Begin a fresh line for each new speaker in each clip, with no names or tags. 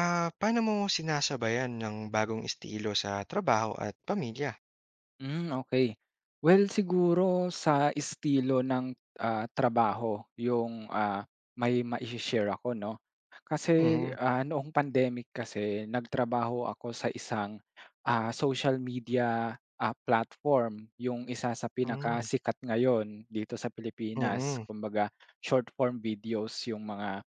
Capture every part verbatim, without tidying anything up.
Ah, paano mo sinasabayan ng bagong estilo sa trabaho at pamilya?
Hmm. Okay. Well, siguro sa estilo ng, ah, trabaho yung, ah, may mai-she-share ako 'no. Kasi,
Mhm.
ah, noong pandemic kasi nagtrabaho ako sa isang, ah, social media, ah, platform, yung isa sa
Hmm.
pinakasikat ngayon dito sa Pilipinas.
Mm.
Kumbaga short form videos yung mga,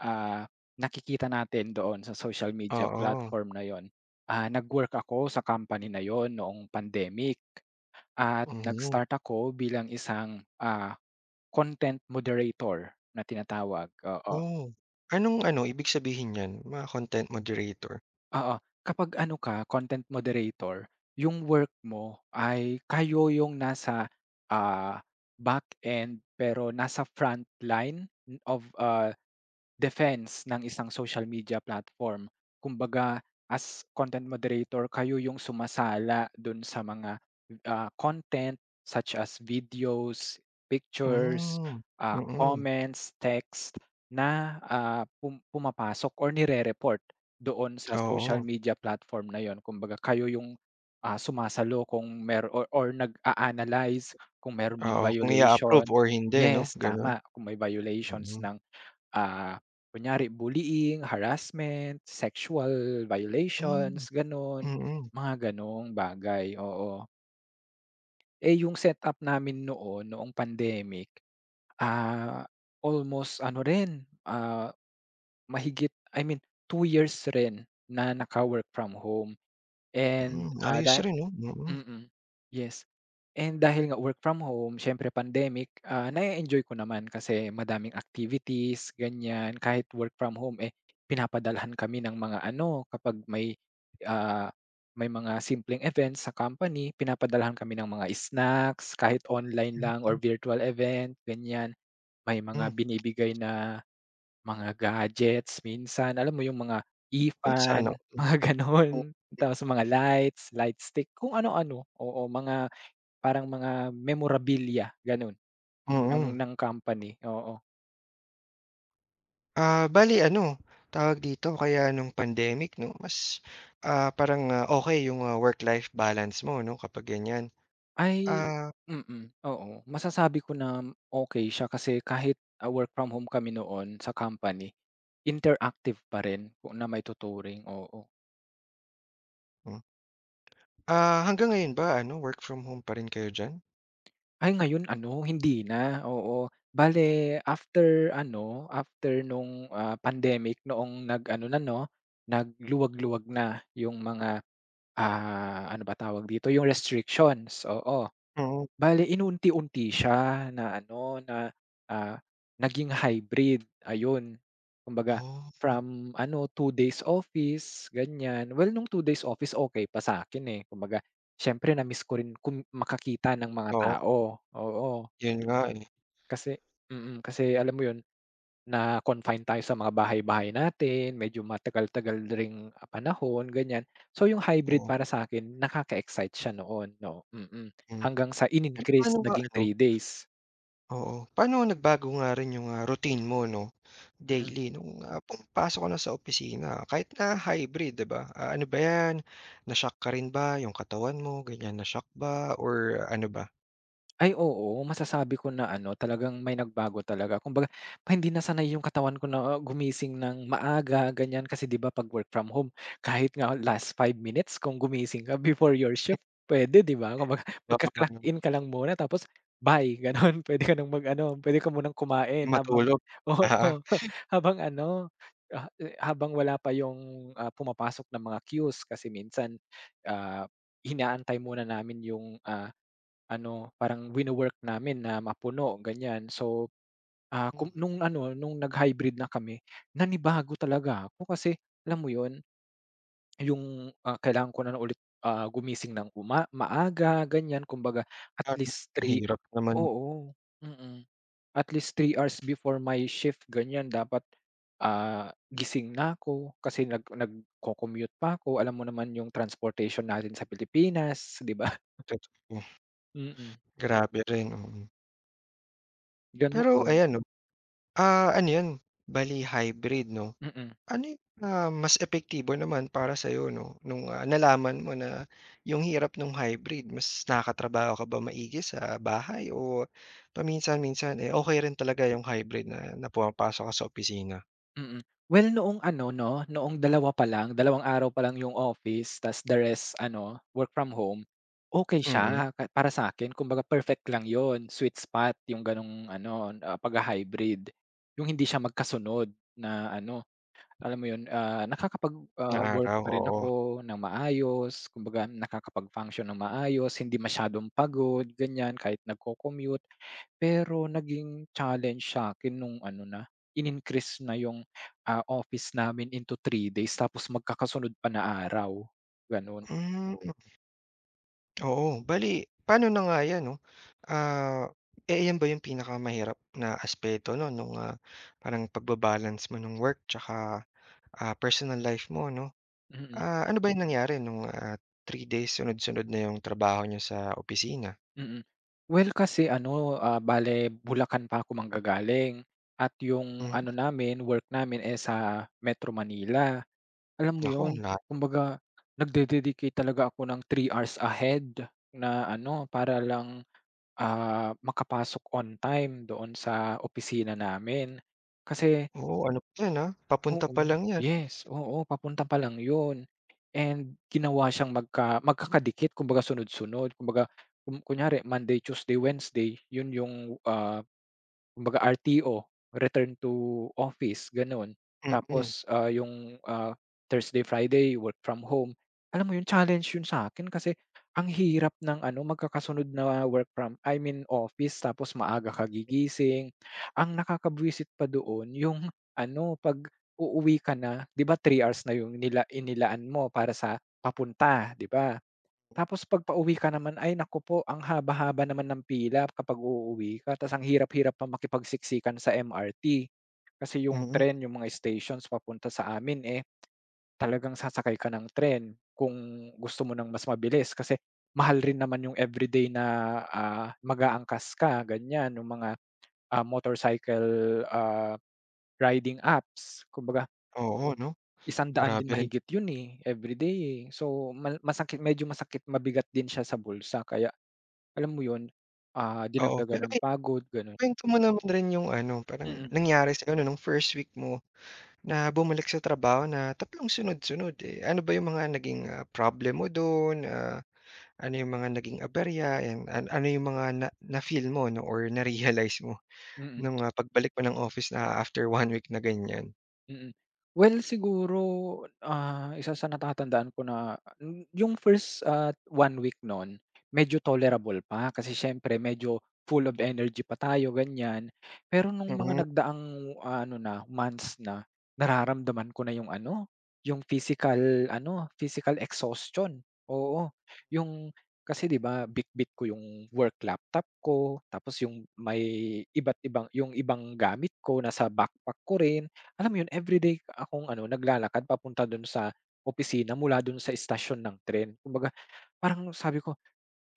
ah, nakikita natin doon sa social media
Oo.
platform na yun. Ah, nag-work ako sa company na yun noong pandemic. At
Mhm.
nag-start ako bilang isang, ah, content moderator na tinatawag, oo.
Oh. Anong ano, ibig sabihin niyan, mga content moderator?
Oo, kapag ano ka content moderator, yung work mo ay kayo yung nasa, ah, back end pero nasa front line of, ah defense ng isang social media platform. Kumbaga, as content moderator kayo yung sumasala dun sa mga, ah, content such as videos,
Hmm.
pictures,
Mm.
ah,
Mm-hmm.
comments, text na, ah, pum pumapasok or nire-report doon sa social
Oo,
media platform na yun. Kumbaga kayo yung, ah, sumasalo kung mer or or nag-a-analyze kung meron bang
oo, kung I approve
violation.
or hindi 'no,
Yes,
gano'n?
tama, kung may violations
Mm.
ng Ah, kunyari bullying, harassment, sexual
Hmm.
violations, gano'n,
Mm.
mga gano'ng bagay, oo. Eh, yung setup namin noon, noong pandemic, ah, almost ano rin, ah, mahigit I mean two years rin na naka-work from home and,
Hmm.
ah,
Ayos
da
rin 'no.
mm, yes. And dahil nga work from home, siyempre pandemic, ah, na enjoy ko naman kasi madaming activities, ganyan. Kahit work from home, eh, pinapadalhan kami ng mga ano, kapag may, ah, may mga simpleng events sa company, pinapadalhan kami ng mga snacks, kahit online lang
Mm.
or virtual event, ganyan. May mga
Mm.
binibigay na mga gadgets minsan, alam mo yung mga
Ay,
ifan,
sana.
mga gano'n. Tapos mga lights, light stick, kung ano-ano, oo, mga parang mga memorabilia gano'n ng
Mm.
ng company, oo.
Ah, bale ano, tawag dito, kaya nung pandemic 'no, mas, ah, parang, ah, okey yung, ah, work-life balance mo 'no, kapag ganyan.
Ay,
Ah.
mm, oo. Masasabi ko na okey siya kasi kahit, ah, work from home kami noon sa company, interactive pa rin kung na maituturing, oo.
Hmm. Ah, hanggang ngayon ba ano, work from home pa rin kayo diyan?
Ay, ngayon ano, hindi na, oo. Bale after ano, after nung, ah, pandemic noong nag-ano na 'no, nagluwag-luwag na yung mga, ah, ano ba tawag dito, yung restrictions, oo.
Mm.
Bale inunti-unti siya na ano, na, ah, naging hybrid, ayun. Kumbaga
Oh,
from ano, two days office, ganyan. Well, nung two days office okay pa sa'kin, eh, kumbaga siyempre na-miss ko rin kum makakita ng mga
oo,
tao, oo.
yun nga, eh,
Kasi mm, kasi alam mo 'yun, na-confine tayo sa mga bahay-bahay natin, medyo matagal-tagal ring, ah, panahon ganiyan. So yung hybrid
oo.
para sa'kin nakaka-excite siya noon 'no, mm. mm
Hmm.
Hanggang sa
Eh,
in-increase
paano ba
naging
ano.
three days.
Oo. Paano nagbago nga rin yung, ah, routine mo 'no,
Mm.
daily nung, ah, pumapasok ka na sa opisina kahit na hybrid 'di ba? Ah, ano ba 'yan, na ka rin ba yung katawan mo ganyan, na-shock ba or ah, ano ba?
Ay, oo, masasabi ko na ano, talagang may nagbago talaga. Kumbaga, pa hindi nasanay yung katawan ko na, ah, gumising ng maaga ganyan. Kasi 'di ba 'pag work from home, kahit nga last five minutes kung gumising ka before your shift, pwede 'di ba? Kumbaga magka-clock
Mapapano-
in ka lang muna tapos bye gano'n. Pwede ka ng mag-ano, puwede ka munang kumain habang
Matulog.
oo,
Oo.
oo, habang ano, ah, eh, habang wala pa yung, ah, pumapasok na mga queues. Kasi minsan, ah, inaantay muna namin yung, ah ano, parang wino-work namin na mapuno, ganyan. So, ah,
Hmm,
kum nung ano, nung nag-hybrid na kami, nanibago talaga ako kasi alam mo 'yun, yung, ah, kailangan ko na ulit, ah, gumising ng uma maaga, ganyan. Kumbaga at
ang
least three,
hirap naman.
oo, mm. At least three hours before my shift, ganyan dapat, ah, gising na ako kasi nag nagco-commute pa ako. Alam mo naman yung transportation natin sa Pilipinas, 'di ba?
Totoo.
Mm,
Grabe rin. Mm. Pero
Ganoon.
ayan 'no, ah, ano 'yun, bale hybrid 'no?
Mm.
Ano yung, ah, mas epektibo naman para sa sa'yo 'no, nung, ah, nalaman mo na yung hirap nung hybrid, mas nakatrabaho ka ba maigi sa bahay o paminsan-minsan, eh, okay rin talaga yung hybrid na na pumapasok ka sa opisina?
Mm. Well, noong ano 'no, noong dalawa pa lang, dalawang araw pa lang yung office tas the rest ano, work from home, okey
Mm.
siya ka para sa'kin kumbaga perfect lang yon sweet spot yung ganong ano, ah, pagha-hybrid. Yung hindi siya magkasunod na ano, alam mo yun, ah, nakakapag,
Na
ah, work
araw.
pa rin
Oo.
ako ng maayos, kumbaga nakakapag-function ng maayos, hindi masyadong pagod, ganyan, kahit nagko-commute. Pero naging challenge sa'kin nung ano na, in-increase na yung, ah, office namin into three days tapos magkakasunod pa na araw, gano'n.
Hmm, oo. Bali. Paano na nga 'yan 'no, ah, eh, 'yan ba yung pinakamahirap na aspeto no, nung, ah, parang pagba-balance mo ng work tsaka, ah, personal life mo 'no?
Mm,
Ah, ano ba yung nangyari nung, ah, three days sunod-sunod na yung trabaho niyo sa opisina?
mm. Well, kasi ano, ah, bale Bulacan pa ako manggagaling at yung
Hmm,
ano namin, work namin, eh, sa Metro Manila. Alam mo
naku.
yun,
Ang la
kumbaga nagde-dedicate talaga ako ng three hours ahead na ano, para lang Ah, makapasok on time doon sa opisina namin. Kasi
Oo, ano pa yan, ah, papunta pa
oo,
lang yan.
yes, oo, papunta pa lang 'yun and ginawa siyang magka magkakadikit kumbaga sunod-sunod. Kumbaga kun kunyari Monday, Tuesday, Wednesday 'yun yung, ah kumbaga R T O, return to office, gano'n.
Mm.
Tapos, ah, yung, ah, Thursday, Friday, work from home. Alam mo yun, challenge yun sa'kin kasi ang hirap ng ano, magkakasunod na work from I mean office tapos maaga ka gigising. Ang nakakabwisit pa doon yung ano, 'pag uuwi ka na, 'di ba three hours na yung nila inilaan mo para sa papunta, 'di ba? Tapos 'pag pauwi ka naman, ay naku po, ang haba-haba naman ng pila kapag uuwi ka tas ang hirap-hirap pa makipagsiksikan sa M R T. Kasi yung
Mm.
tren, yung mga stations papunta sa amin, eh, talagang sasakay ka ng tren kung gusto mo ng mas mabilis kasi mahal rin naman yung everyday na, ah, mag-aangkas ka ganyan, yung mga, ah, motorcycle, ah, riding apps. Kumbaga
Oo 'no.
₱isang daang piso
Grabe
din
rin.
mahigit yun, eh, everyday, eh. So mal masakit medyo masakit mabigat din siya sa bulsa kaya alam mo 'yun, ah,
Oo,
dinagdagan
pero
ng
ay,
pagod gano'n.
kwento mo naman rin yung ano, parang
Mm,
nangyari sa'yo ano, nung first week mo na bumalik sa trabaho na tatlong sunod-sunod, eh, ano ba yung mga naging, ah, problem mo dun, ah, ano yung mga naging aberya, and an ano yung mga na na-feel mo 'no or na-realize mo?
mm.
Nung, ah, pagbalik ko ng office na ah, after one week na ganyan.
Mm. Well, siguro, ah, isa sa natatandaan ko na n- yung first, ah, one week no'n, medyo tolerable pa kasi siyempre medyo full of energy pa tayo, ganyan. Pero nung
Mm,
mga nagdaang ah, ano na, months na, nararamdaman ko na yung ano, yung physical ano, physical exhaustion, oo. Yung kasi 'di ba, bitbit ko yung work laptop ko, tapos yung may iba't ibang yung ibang gamit ko nasa backpack ko rin. Alam mo 'yun, everyday akong ano, naglalakad papunta do'n sa opisina mula do'n sa istasyon ng tren. Kumbaga, parang sabi ko,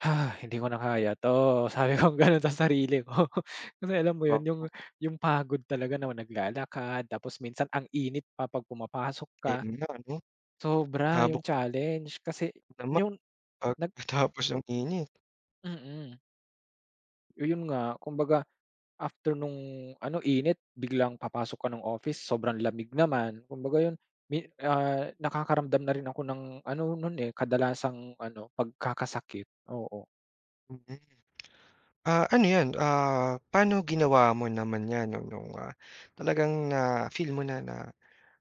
"Ha, hindi ko na kaya 'to." Sabi ko gano'n sa sarili ko. Kasi alam mo 'yun, yung
oo,
yung pagod talaga na naglalakad tapos minsan ang init pa 'pag pumapasok ka.
ayun nga 'no,
Sobra yung
abot
challenge kasi
naman
yung nag
pagkatapos ng init.
mm. mm. Yun nga, kumbaga after nung ano, init biglang papasok ka ng office sobrang lamig naman, kumbaga yun mi ah, nakakaramdam na rin ako ng ano nun, eh, kadalasang ano, pagkakasakit, oo.
Mm. Ah, ano 'yan, ah, paano ginawa mo naman 'yan 'no nung, ah, talagang na-feel mo na na,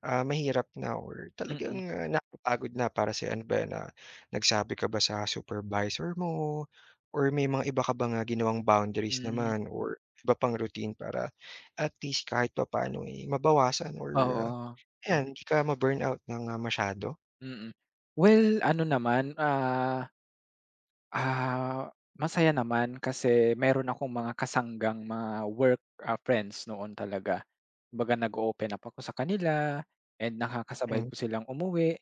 ah, mahirap na or
Mm-mm.
talagang, ah, nakakapagod na para sa'yo? Ano ba 'yan, ah, nagsabi ka ba sa supervisor mo or may mga iba ka bang, ah, ginawang boundaries
Mm, hmm,
naman or iba pang routine para at least kahit papaano, eh, mabawasan or, ah
oo,
Ayan, hindi ka ma-burnout ng, ah, masyado.
mm. Well, ano naman, ah, ah, masaya naman kasi meron akong mga kasanggang mga work, ah, friends noon talaga. Kumbaga nag open up ako sa kanila and nakakasabay
Hmm.
ko silang umuwi.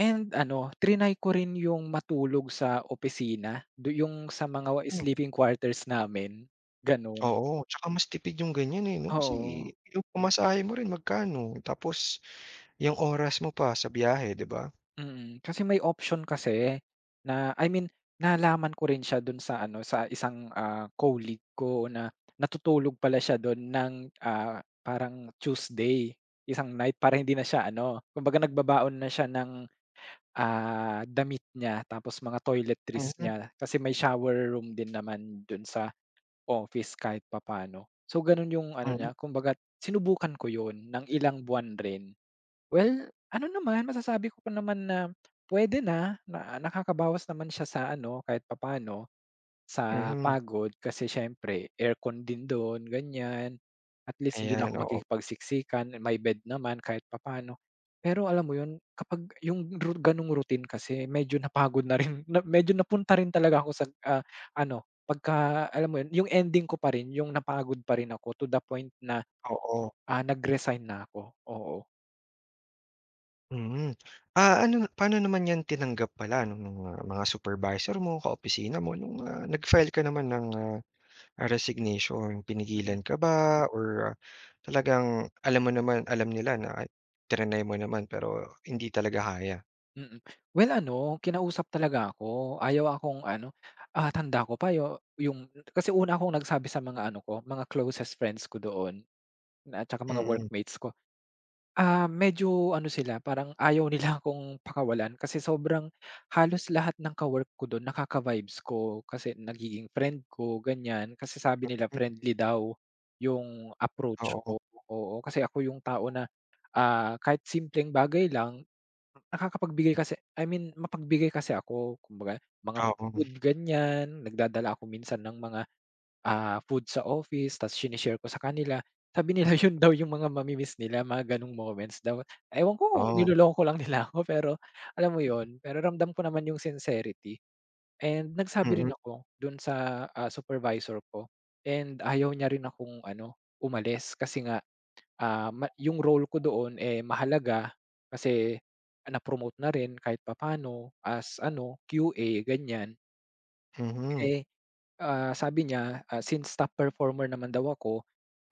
And ano, triny ko rin yung matulog sa opisina, do yung sa mga
Hmm,
sleeping quarters namin, gano'n.
oo, tsaka mas tipid yung ganyan, eh, 'no, kasi
Oo,
yung pamasahe mo rin magkano, tapos yung oras mo pa sa biyahe, 'di ba?
mm. Kasi may option kasi na I mean, nalaman ko rin siya do'n sa ano, sa isang, ah, colleague ko na natutulog pala siya do'n ng, ah, parang Tuesday, isang night para hindi na siya ano, kumbaga nagbabaon na siya ng, ah, damit niya tapos mga toiletries
Mhm.
niya kasi may shower room din naman do'n sa office kahit papaano. So gano'n yung ano
Mm.
niya, kumbaga sinubukan ko 'yun ng ilang buwan rin. Well, ano naman masasabi ko pa naman na pwede na, na nakakabawas naman siya sa ano kahit papaano. Sa
Mhm.
pagod kasi siyempre aircon din do'n ganyan, at least hindi na
Ayan.
ako
Oo,
makikipagsiksikan, may bed naman kahit papaano. Pero alam mo 'yun kapag yung ru gano'ng routine kasi medyo napagod na rin na medyo napunta rin talaga ako sa, ah, ano pagka alam mo 'yun yung ending ko pa rin yung napagod pa rin ako to the point na,
oo.
ah, nag-resign na ako, oo.
Mm. Ah, ano paano naman 'yan tinanggap pala nung mga mga supervisor mo, kaopisina mo nung, ah, nag-file ka naman ng, ah, ah, resignation?
Mm.
Pinigilan ka ba or ah, talagang alam mo naman alam nila na, ay, triny mo naman pero hindi talaga kaya?
Mm. Well, ano, kinausap talaga ako. Ayaw akong ano, ah, tanda ko pa yu yung kasi una akong nagsabi sa mga ano ko, mga closest friends ko doon na at saka mga
Mm.
workmates ko. Ah, medyo ano sila, parang ayaw nila akong pakawalan kasi sobrang halos lahat ng ka-work ko doon nakaka-vibes ko kasi nagiging friend ko, ganyan. Kasi sabi nila
Hmm.
friendly daw yung approach
Oo,
ko, oo. Kasi ako yung tao na, ah, kahit simpleng bagay lang nakakapagbigay kasi I mean mapagbigay kasi ako kumbaga mga
oo,
food ganyan, nagdadala ako minsan ng mga, ah, food sa office tas shine-share ko sa kanila. Sabi nila yun daw yung mga mami-miss nila mga ganong moments daw. Ewan ko kung
oo.
niloloko lang nila ako pero alam mo yun, pero ramdam ko naman yung sincerity and nagsabi
Mm.
rin ako dun sa, ah, supervisor ko and ayaw niya rin akong ano, umalis kasi nga Ah, ma yung role ko doon, eh, mahalaga kasi, ah, na-promote na rin kahit papaano as ano, Q A ganyan.
Mhm.
Eh, ah, sabi niya, ah, since top performer naman daw ako,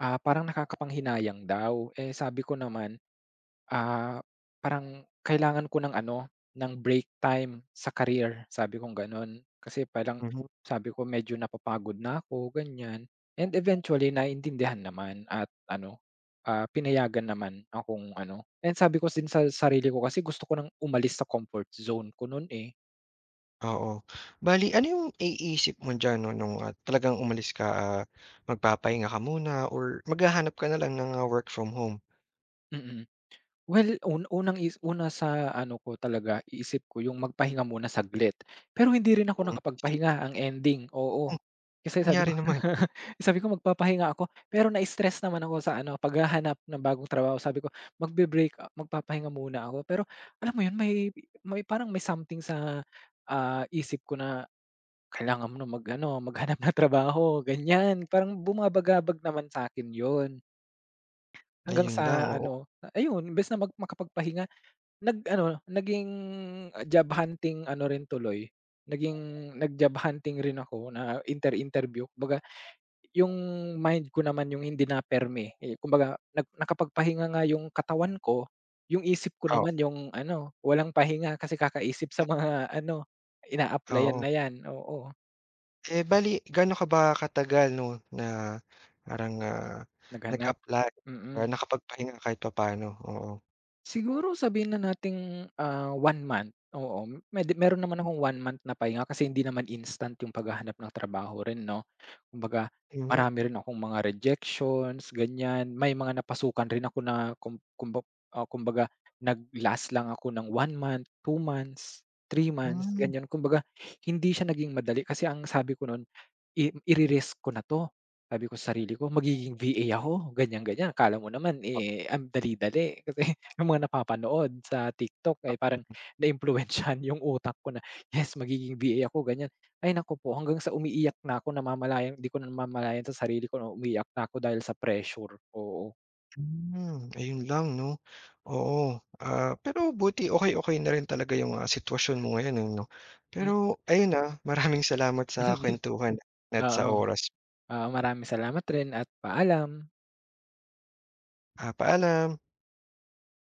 ah, parang nakakapanghinayang daw. Eh, sabi ko naman Ah, parang kailangan ko ng ano, ng break time sa career, sabi kong gano'n. Kasi parang
Mhm.
sabi ko medyo napapagod na ako, ganyan. And eventually naintindihan naman at ano, ah, pinayagan naman akong ano and sabi ko din sa sarili ko kasi gusto ko ng umalis sa comfort zone ko no'n, eh,
Oo. Bale ano yung naiisip mo diyan 'no nung, ah, talagang umalis ka, ah, magpapahinga ka muna or maghahanap ka na lang ng, ah, work from home?
mm. mm. Well, un unang is una sa ano ko talaga, iisip ko yung magpahinga muna saglit. Pero hindi rin ako
Hmm.
nakapagpahinga, ang ending, oo.
Oh, anong
Kasi sabi
nangyari
ko
naman?
sabi ko magpapahinga ako, pero na-stress naman ako sa ano, paghahanap ng bagong trabaho. Sabi ko magbe-break a magpapahinga muna ako. Pero alam mo yun, may may parang may something sa, ah, isip ko na kailangan mo na mag-ano, maghanap na trabaho, ganyan. Parang bumabagabag naman sa akin yon. Hanggang
Ayun lang,
sa
oo,
ano, ayun, imbes na mag makapagpahinga nag-ano, naging job hunting ano rin tuloy, naging nag-job hunting rin ako na inter-interview. Kumbaga yung mind ko naman yung hindi naperme, eh, kumbaga nag nakapagpahinga nga yung katawan ko, yung isip ko
oo,
naman yung ano, walang pahinga kasi kakaisip sa mga ano, ina-applyan
oo.
na 'yan, oo,
Eh, bale gaano ka ba katagal 'no na parang, ah,
naghanap.
nag-apply,
Mm.
ah, nakapagpahinga kahit papaano? Oo.
Siguro sabihin na nating, ah, one month, oo. Mede meron naman
Hmm.
akong one month na pahinga kasi hindi naman instant yung paghahanap ng trabaho rin 'no. Kumbaga
Mhm.
marami rin akong mga rejections, ganyan. May mga napasukan rin ako na kum kumba ah, kumbaga nag-last lang ako ng one month, two months, three months,
Hmm.
ganyan. Kumbaga hindi siya naging madali kasi ang sabi ko noon. I Ire-risk ko na 'to, sabi ko sa sarili ko magiging V A ako ganyan, ganyan akala mo naman, eh, ang dali-dali kasi yung mga napapanood sa TikTok, eh, parang naimpluwensyahan yung utak ko na, "Yes magiging V A ako," ganyan. Ay naku po hanggang sa umiiyak na ako namamalayan di ko na namamalayan sa sarili ko na umiiyak na ako dahil sa pressure, oo.
Hmm, ayun lang 'no. Oo, ah, pero buti okay okay na rin talaga yung, ah, sitwasyon mo ngayon, eh, 'no. Pero ayun, na maraming salamat sa
Mm.
kuwentuhan at
Oo,
sa oras.
oo, maraming salamat rin at paalam.
Ah, paalam.